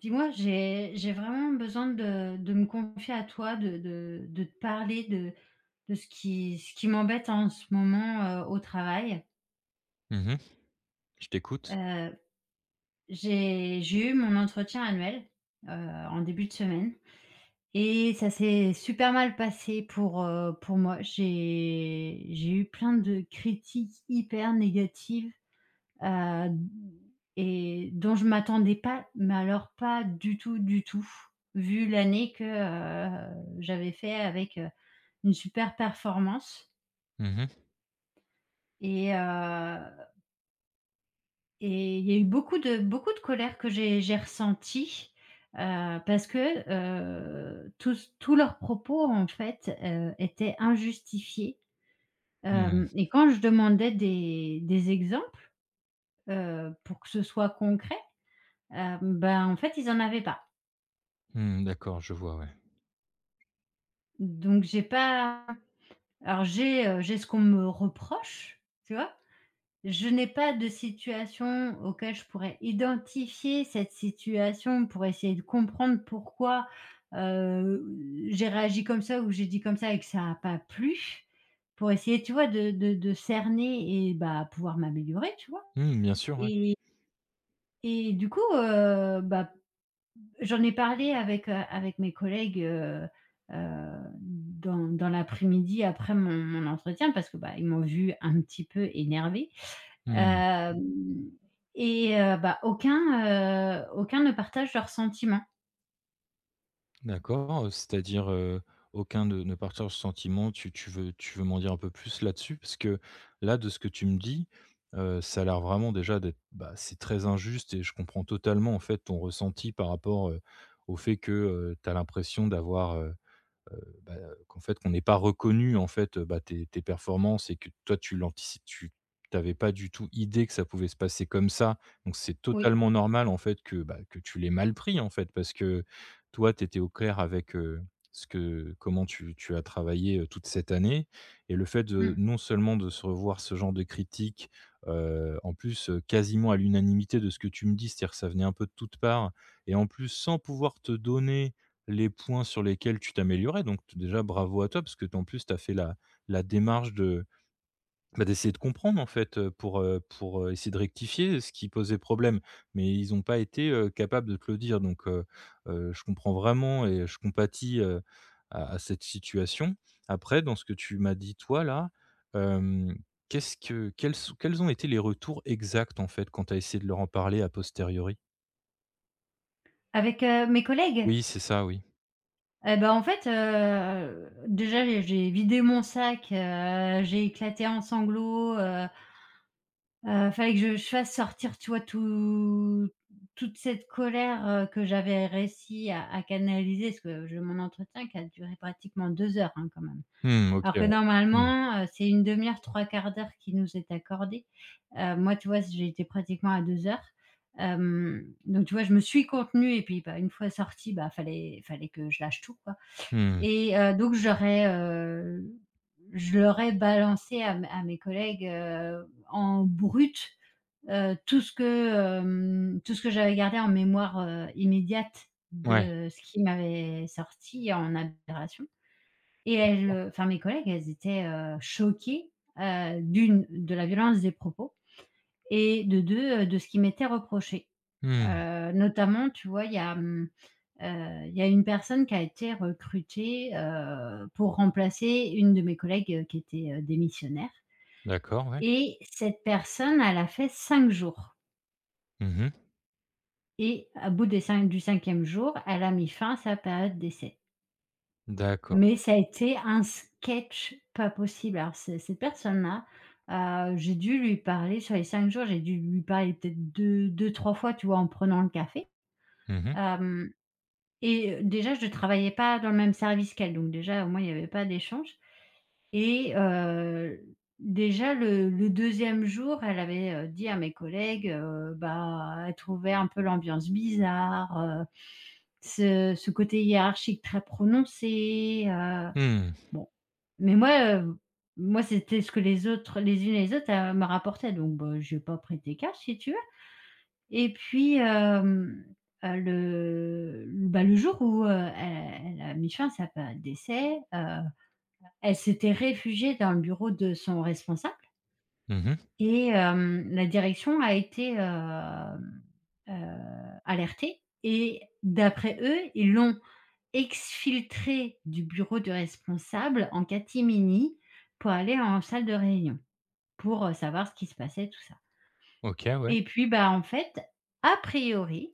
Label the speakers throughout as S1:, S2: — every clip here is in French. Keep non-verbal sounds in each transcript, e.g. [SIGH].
S1: Dis-moi, j'ai vraiment besoin de me confier à toi, de te parler de ce qui m'embête en ce moment, au travail.
S2: Mmh mh. Je t'écoute.
S1: Heu, j'ai eu mon entretien annuel, en début de semaine et ça s'est super mal passé pour moi. J'ai eu plein de critiques hyper négatives Heu et dont je m'attendais pas, mais alors pas du tout, du tout, vu l'année que, j'avais fait avec, une super performance,
S2: Mmh mh.
S1: et heu et il y a eu beaucoup de colère que j'ai ressentie, parce que, tous leurs propos, en fait, étaient injustifiés,
S2: Mmh.
S1: hem et quand je demandais des exemples, pour que ce soit concret, ben, en fait, ils en avaient pas.
S2: Mmh, d'accord, je vois, ouais.
S1: Donc j'ai pas alors j'ai ce qu'on me reproche, tu vois? Je n'ai pas de situation auquel je pourrais identifier cette situation pour essayer de comprendre pourquoi, heu, j'ai réagi comme ça ou j'ai dit comme ça et que ça a pas plu. Pour essayer, tu vois, de cerner et bah, pouvoir m'améliorer, tu vois?
S2: Mmh, bien sûr, ouais.
S1: Et et du coup, bah, j'en ai parlé avec, avec mes collègues, dans l'après-midi après mon entretien parce que, bah, ils m'ont vu un petit peu énervée,
S2: Mmh.
S1: hem et bah, aucun, aucun ne partage leurs sentiments.
S2: D'accord, c'est-à-dire, aucun ne partage ce sentiment. Tu veux m'en dire un peu plus là-dessus? Parce que là, de ce que tu me dis, ça a l'air vraiment déjà d'être bah, c'est très injuste et je comprends totalement, en fait, ton ressenti par rapport, au fait que, tu as l'impression d'avoir, bah, qu'en fait, qu'on n'ait pas reconnu, en fait, bah, tes performances et que toi, tu t'avais pas du tout idée que ça pouvait se passer comme ça. Donc c'est
S1: Oui,
S2: totalement normal, en fait, que, bah, que tu l'aies mal pris, en fait, parce que toi, tu étais au clair avec, ce que comment tu as travaillé, toute cette année et le fait de
S1: mmh.
S2: non seulement de se revoir ce genre de critique, en plus, quasiment à l'unanimité de ce que tu me dis, c'est-à-dire que ça venait un peu de toutes parts et en plus sans pouvoir te donner les points sur lesquels tu t'améliorais. Donc t déjà bravo à toi parce que t en plus tu as fait la démarche de, bah, d'essayer de comprendre en fait, pour, essayer de rectifier ce qui posait problème. Mais ils n'ont pas été, capables de te le dire donc, je comprends vraiment et je compatis, à cette situation. Après dans ce que tu m'as dit toi là, hem, qu'est-ce que quels sont quels ont été les retours exacts en fait quand tu as essayé de leur en parler a posteriori?
S1: Avec, mes collègues?
S2: Oui, c'est ça, oui.
S1: Et bah, en fait, déjà, j'ai vidé mon sac, j'ai éclaté en sanglots. Heu Fallait que je fasse sortir, tu vois, toute cette colère, que j'avais réussi à canaliser parce que je mon entretien qui a duré pratiquement 2 heures, hein, quand même.
S2: Mmh, OK,
S1: Alors
S2: ouais.
S1: que
S2: Mmh.
S1: normalement, c'est une demi heure, trois quarts d'heure qui nous est accordée. Moi, tu vois, j'ai été pratiquement à 2 heures. Donc tu vois, je me suis contenue et puis, bah, une fois sortie, bah, fallait que je lâche tout, quoi,
S2: Mmh.
S1: et donc j'aurais, je l'aurais balancé à mes collègues, en brut. Tout ce que, tout ce que j'avais gardé en mémoire, immédiate
S2: Ouais.
S1: de ce qui m'avait sorti en aberration, et elles, enfin mes collègues, elles étaient, choquées, d'1 de la violence des propos et de 2 de ce qui m'était reproché.
S2: Mmh.
S1: Notamment, tu vois, il y a, il y a une personne qui a été recrutée, pour remplacer une de mes collègues, qui était, démissionnaire,
S2: D'accord, ouais.
S1: et cette personne, elle a fait 5 jours.
S2: Mmh mh.
S1: Et à bout des cin du cinquième jour, elle a mis fin à sa période d'essai.
S2: D'accord.
S1: Mais ça a été un sketch pas possible. Alors ce cette personne-là, j'ai dû lui parler sur les 5 jours, j'ai dû lui parler peut être deux, trois fois, tu vois, en prenant le café.
S2: Mmh mh.
S1: Hem Et déjà je ne travaillais pas dans le même service qu'elle, donc déjà au moins il n'y avait pas d'échange. Et déjà le 2e jour, elle avait, dit à mes collègues, bah, elle trouvait un peu l'ambiance bizarre, heu, ce côté hiérarchique très prononcé,
S2: Mmh.
S1: bon. Mais moi, moi c'était ce que les autres les unes et les autres, me rapportaient, donc bah, j'ai pas prêté cash si tu veux. Et puis, le bah, le jour où, elle a mis fin à sa période d'essai, elle s'était réfugiée dans le bureau de son responsable
S2: Mmh mh.
S1: et la direction a été, heu, alertée, et d'après eux, ils l'ont exfiltrée du bureau du responsable en catimini pour aller en salle de réunion, pour, savoir ce qui se passait, tout ça.
S2: OK, ouais.
S1: Et puis, bah, en fait, a priori,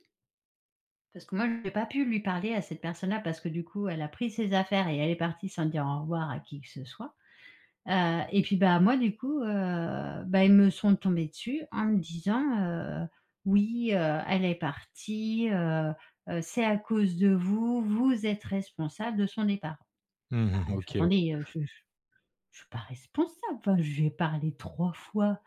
S1: parce que moi j'ai pas pu lui parler à cette personne-là parce que du coup, elle a pris ses affaires et elle est partie sans dire au revoir à qui que ce soit. Et puis, bah, moi, du coup, bah, ils me sont tombés dessus en me disant, heu: «Oui, elle est partie, c'est à cause de vous, vous êtes responsable de son départ». Bah,
S2: Mmh mh.
S1: j
S2: OK, ouais.
S1: attendez, je je suis pas responsable, enfin, je lui ai parlé 3 fois.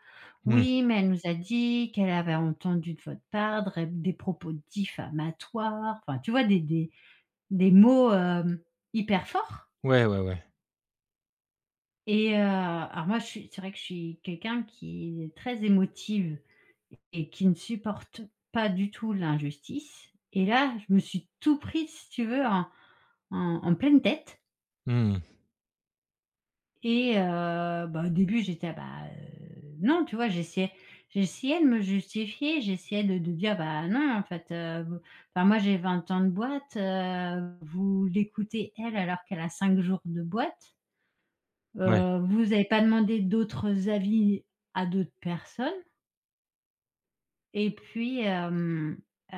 S2: Mmh.
S1: «Oui, mais elle nous a dit qu'elle avait entendu de votre part dres des propos diffamatoires», enfin, tu vois, des des mots, hyper forts.
S2: Ouais, ouais, ouais.
S1: Et alors moi je suis c'est vrai que je suis quelqu'un qui est très émotive et qui ne supporte pas du tout l'injustice, et là, je me suis tout pris, si tu veux, en pleine tête,
S2: Mmh.
S1: et bah, au début j'étais: «Ah bah, non», tu vois? J'essayais de me justifier, j'essayais de dire: «Bah, non, en fait, vous enfin moi j'ai 20 ans de boîte, vous l'écoutez elle alors qu'elle a 5 jours de boîte».
S2: Ouais.
S1: Vous n'avez pas demandé d'autres avis à d'autres personnes. Et puis, heu,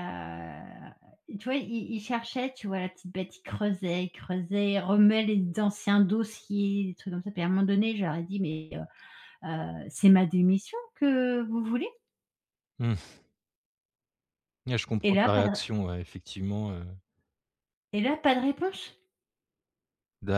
S1: tu vois, il cherchait, tu vois, la petite bête, il creusait, il creusait, il remuait les anciens dossiers, des trucs comme ça, puis à un moment donné, j'aurais dit: «Mais, c'est ma démission que vous voulez?»
S2: Mmh. Ouais, je
S1: Et
S2: comprends
S1: là,
S2: ta
S1: pas de
S2: réaction, ouais, effectivement,
S1: réponse.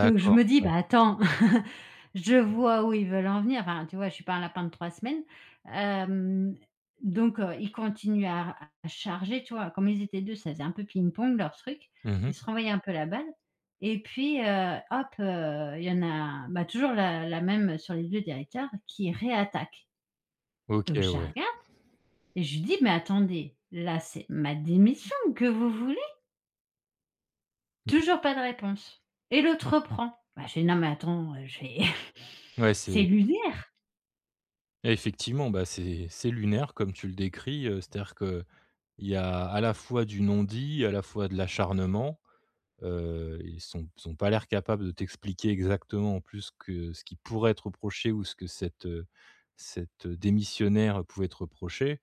S1: Donc je me dis:
S2: ouais.
S1: «Bah, attends, [LAUGHS] je vois où ils veulent en venir». Enfin, tu vois, je suis pas un lapin de 3 semaines. Hem, donc ils continuent à charger, tu vois? Comme ils étaient 2, ça faisait un peu ping-pong leur truc.
S2: Mmh mh.
S1: Ils se renvoyaient un peu la balle et puis, hop, il y en a bah, toujours la même sur les 2 directeurs qui réattaque.
S2: OK,
S1: Donc je la
S2: ouais.
S1: regarde et je lui dis: «Mais attendez, là, c'est ma démission que vous voulez». Toujours pas de réponse, et l'autre reprend. Bah, j'ai dit: «Non mais attends, je vais
S2: Mmh. Ouais,
S1: [LAUGHS]
S2: c'est
S1: c'est lunaire».
S2: effectivement, bah, c'est lunaire comme tu le décris, c'est-à-dire qu'il y a à la fois du non-dit, à la fois de l'acharnement. Ils sont ils ont pas l'air capables de t'expliquer exactement en plus que ce qui pourrait être reproché ou ce que cette, cette démissionnaire pouvait être reproché.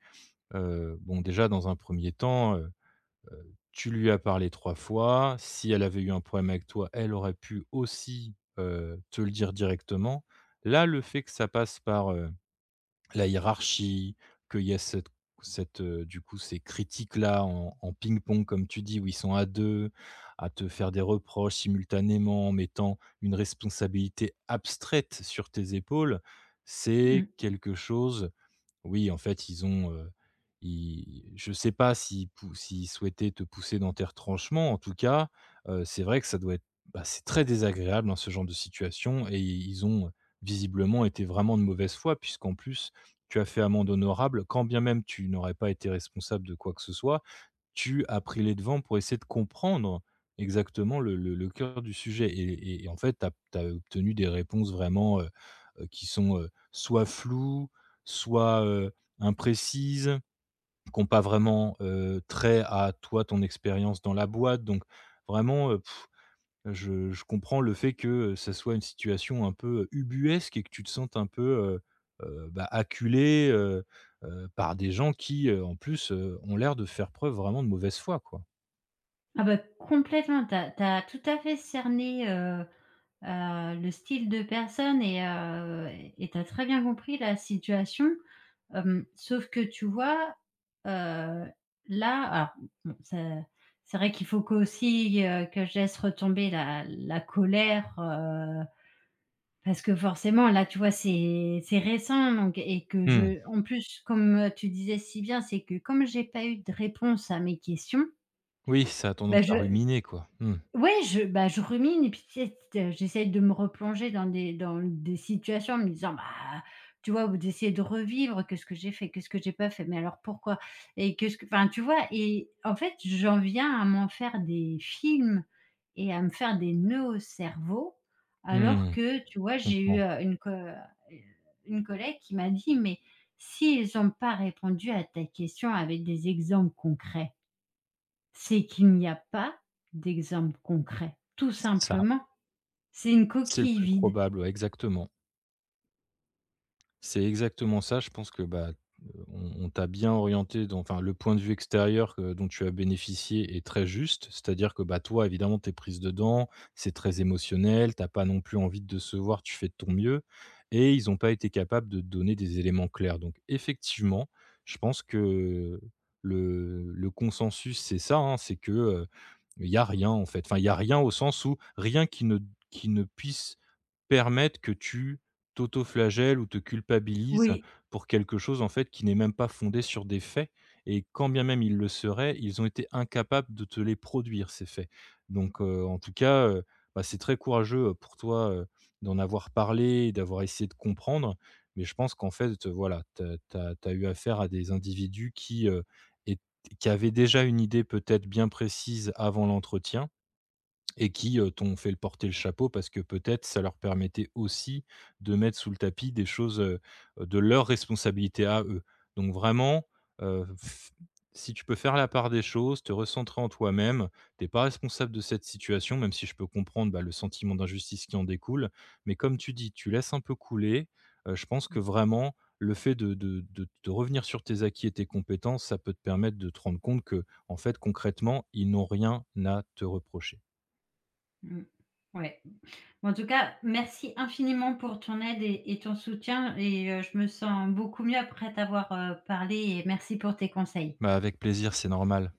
S2: Bon, déjà dans un premier temps, tu lui as parlé 3 fois. Si elle avait eu un problème avec toi, elle aurait pu aussi, te le dire directement. Là, le fait que ça passe par, la hiérarchie, qu'il y a cette, du coup, ces critiques-là en en ping-pong, comme tu dis, où ils sont à 2 à te faire des reproches simultanément, en mettant une responsabilité abstraite sur tes épaules, c'est
S1: Mmh.
S2: quelque chose. Oui, en fait, ils ont, ils je ne sais pas s'ils souhaitaient te pousser dans tes retranchements. En tout cas, c'est vrai que ça doit être, bah, c'est très désagréable, hein, ce genre de situation, et ils ont visiblement été vraiment de mauvaise foi puisqu'en plus, tu as fait amende honorable quand bien même tu n'aurais pas été responsable de quoi que ce soit. Tu as pris les devants pour essayer de comprendre exactement le cœur du sujet et en fait, tu as obtenu des réponses vraiment, qui sont, soit floues, soit, imprécises, qui ont pas vraiment, trait à toi, ton expérience dans la boîte, donc vraiment, je comprends le fait que ça soit une situation un peu, ubuesque, et que tu te sentes un peu, heu bah, acculé, par des gens qui, en plus, ont l'air de faire preuve vraiment de mauvaise foi, quoi.
S1: Ah bah, complètement, tu as tout à fait cerné, le style de personne et tu as très bien compris la situation. Sauf que tu vois, heu, là alors bon, ça c'est vrai qu'il faut qu'aussi, que je laisse retomber la colère, parce que forcément, là, tu vois, c'est récent donc, et que
S2: Mmh.
S1: je en plus, comme, tu disais si bien, c'est que comme j'ai pas eu de réponse à mes questions,
S2: Oui, ça a tendance
S1: bah,
S2: à
S1: je
S2: ruminer, quoi. Mmh.
S1: ouais, je bah, je rumine, et puis tu sais, t de me replonger dans des situations en me disant: «Bah», tu vois? Ou d'essayer de revivre: «Qu'est-ce que j'ai fait? Qu'est-ce que j'ai pas fait? Mais alors pourquoi? Et que ce que» enfin, tu vois? Et en fait, j'en viens à m'en faire des films et à me faire des nœuds au cerveau. Alors
S2: Mmh. Je
S1: que, tu vois, j'ai eu,
S2: comprends.
S1: une collègue qui m'a dit: «Mais s'ils n'ont pas répondu à ta question avec des exemples concrets, c'est qu'il n'y a pas d'exemple concret, tout
S2: C'est ça.
S1: simplement. C'est une
S2: C'est le
S1: coquille
S2: plus
S1: vide».
S2: probable, ouais, exactement. C'est exactement ça. Je pense que, bah, on t'a bien orienté dans enfin, le point de vue extérieur que dont tu as bénéficié est très juste. C'est-à-dire que, bah, toi, évidemment, tu es prise dedans, c'est très émotionnel. T'as pas non plus envie de décevoir, tu fais de ton mieux et ils n'ont pas été capables de te donner des éléments clairs. Donc effectivement, je pense que le consensus, c'est ça, hein, c'est que, il y a rien, en fait. Enfin, il y a rien au sens où rien qui ne qui ne puisse Permettent que tu t'autoflagelles ou te culpabilises
S1: Oui.
S2: pour quelque chose, en fait, qui n'est même pas fondé sur des faits, et quand bien même ils le seraient, ils ont été incapables de te les produire, ces faits. Donc en tout cas, bah, c'est très courageux, pour toi, d'en avoir parlé et d'avoir essayé de comprendre. Mais je pense qu'en fait, voilà, tu as eu affaire à des individus qui, ét qui avaient déjà une idée peut-être bien précise avant l'entretien et qui, t'ont fait le porter le chapeau parce que peut-être ça leur permettait aussi de mettre sous le tapis des choses, de leur responsabilité à eux. Donc vraiment, f si tu peux faire la part des choses, te recentrer en toi-même, t'es pas responsable de cette situation, même si je peux comprendre, bah, le sentiment d'injustice qui en découle. Mais comme tu dis, tu laisses un peu couler, je pense que vraiment le fait de revenir sur tes acquis et tes compétences, ça peut te permettre de te rendre compte que en fait concrètement, ils n'ont rien à te reprocher.
S1: Mmh. Ouais. En tout cas, merci infiniment pour ton aide et ton soutien et je me sens beaucoup mieux après t'avoir, parlé, et merci pour tes conseils.
S2: Bah, avec plaisir, c'est normal.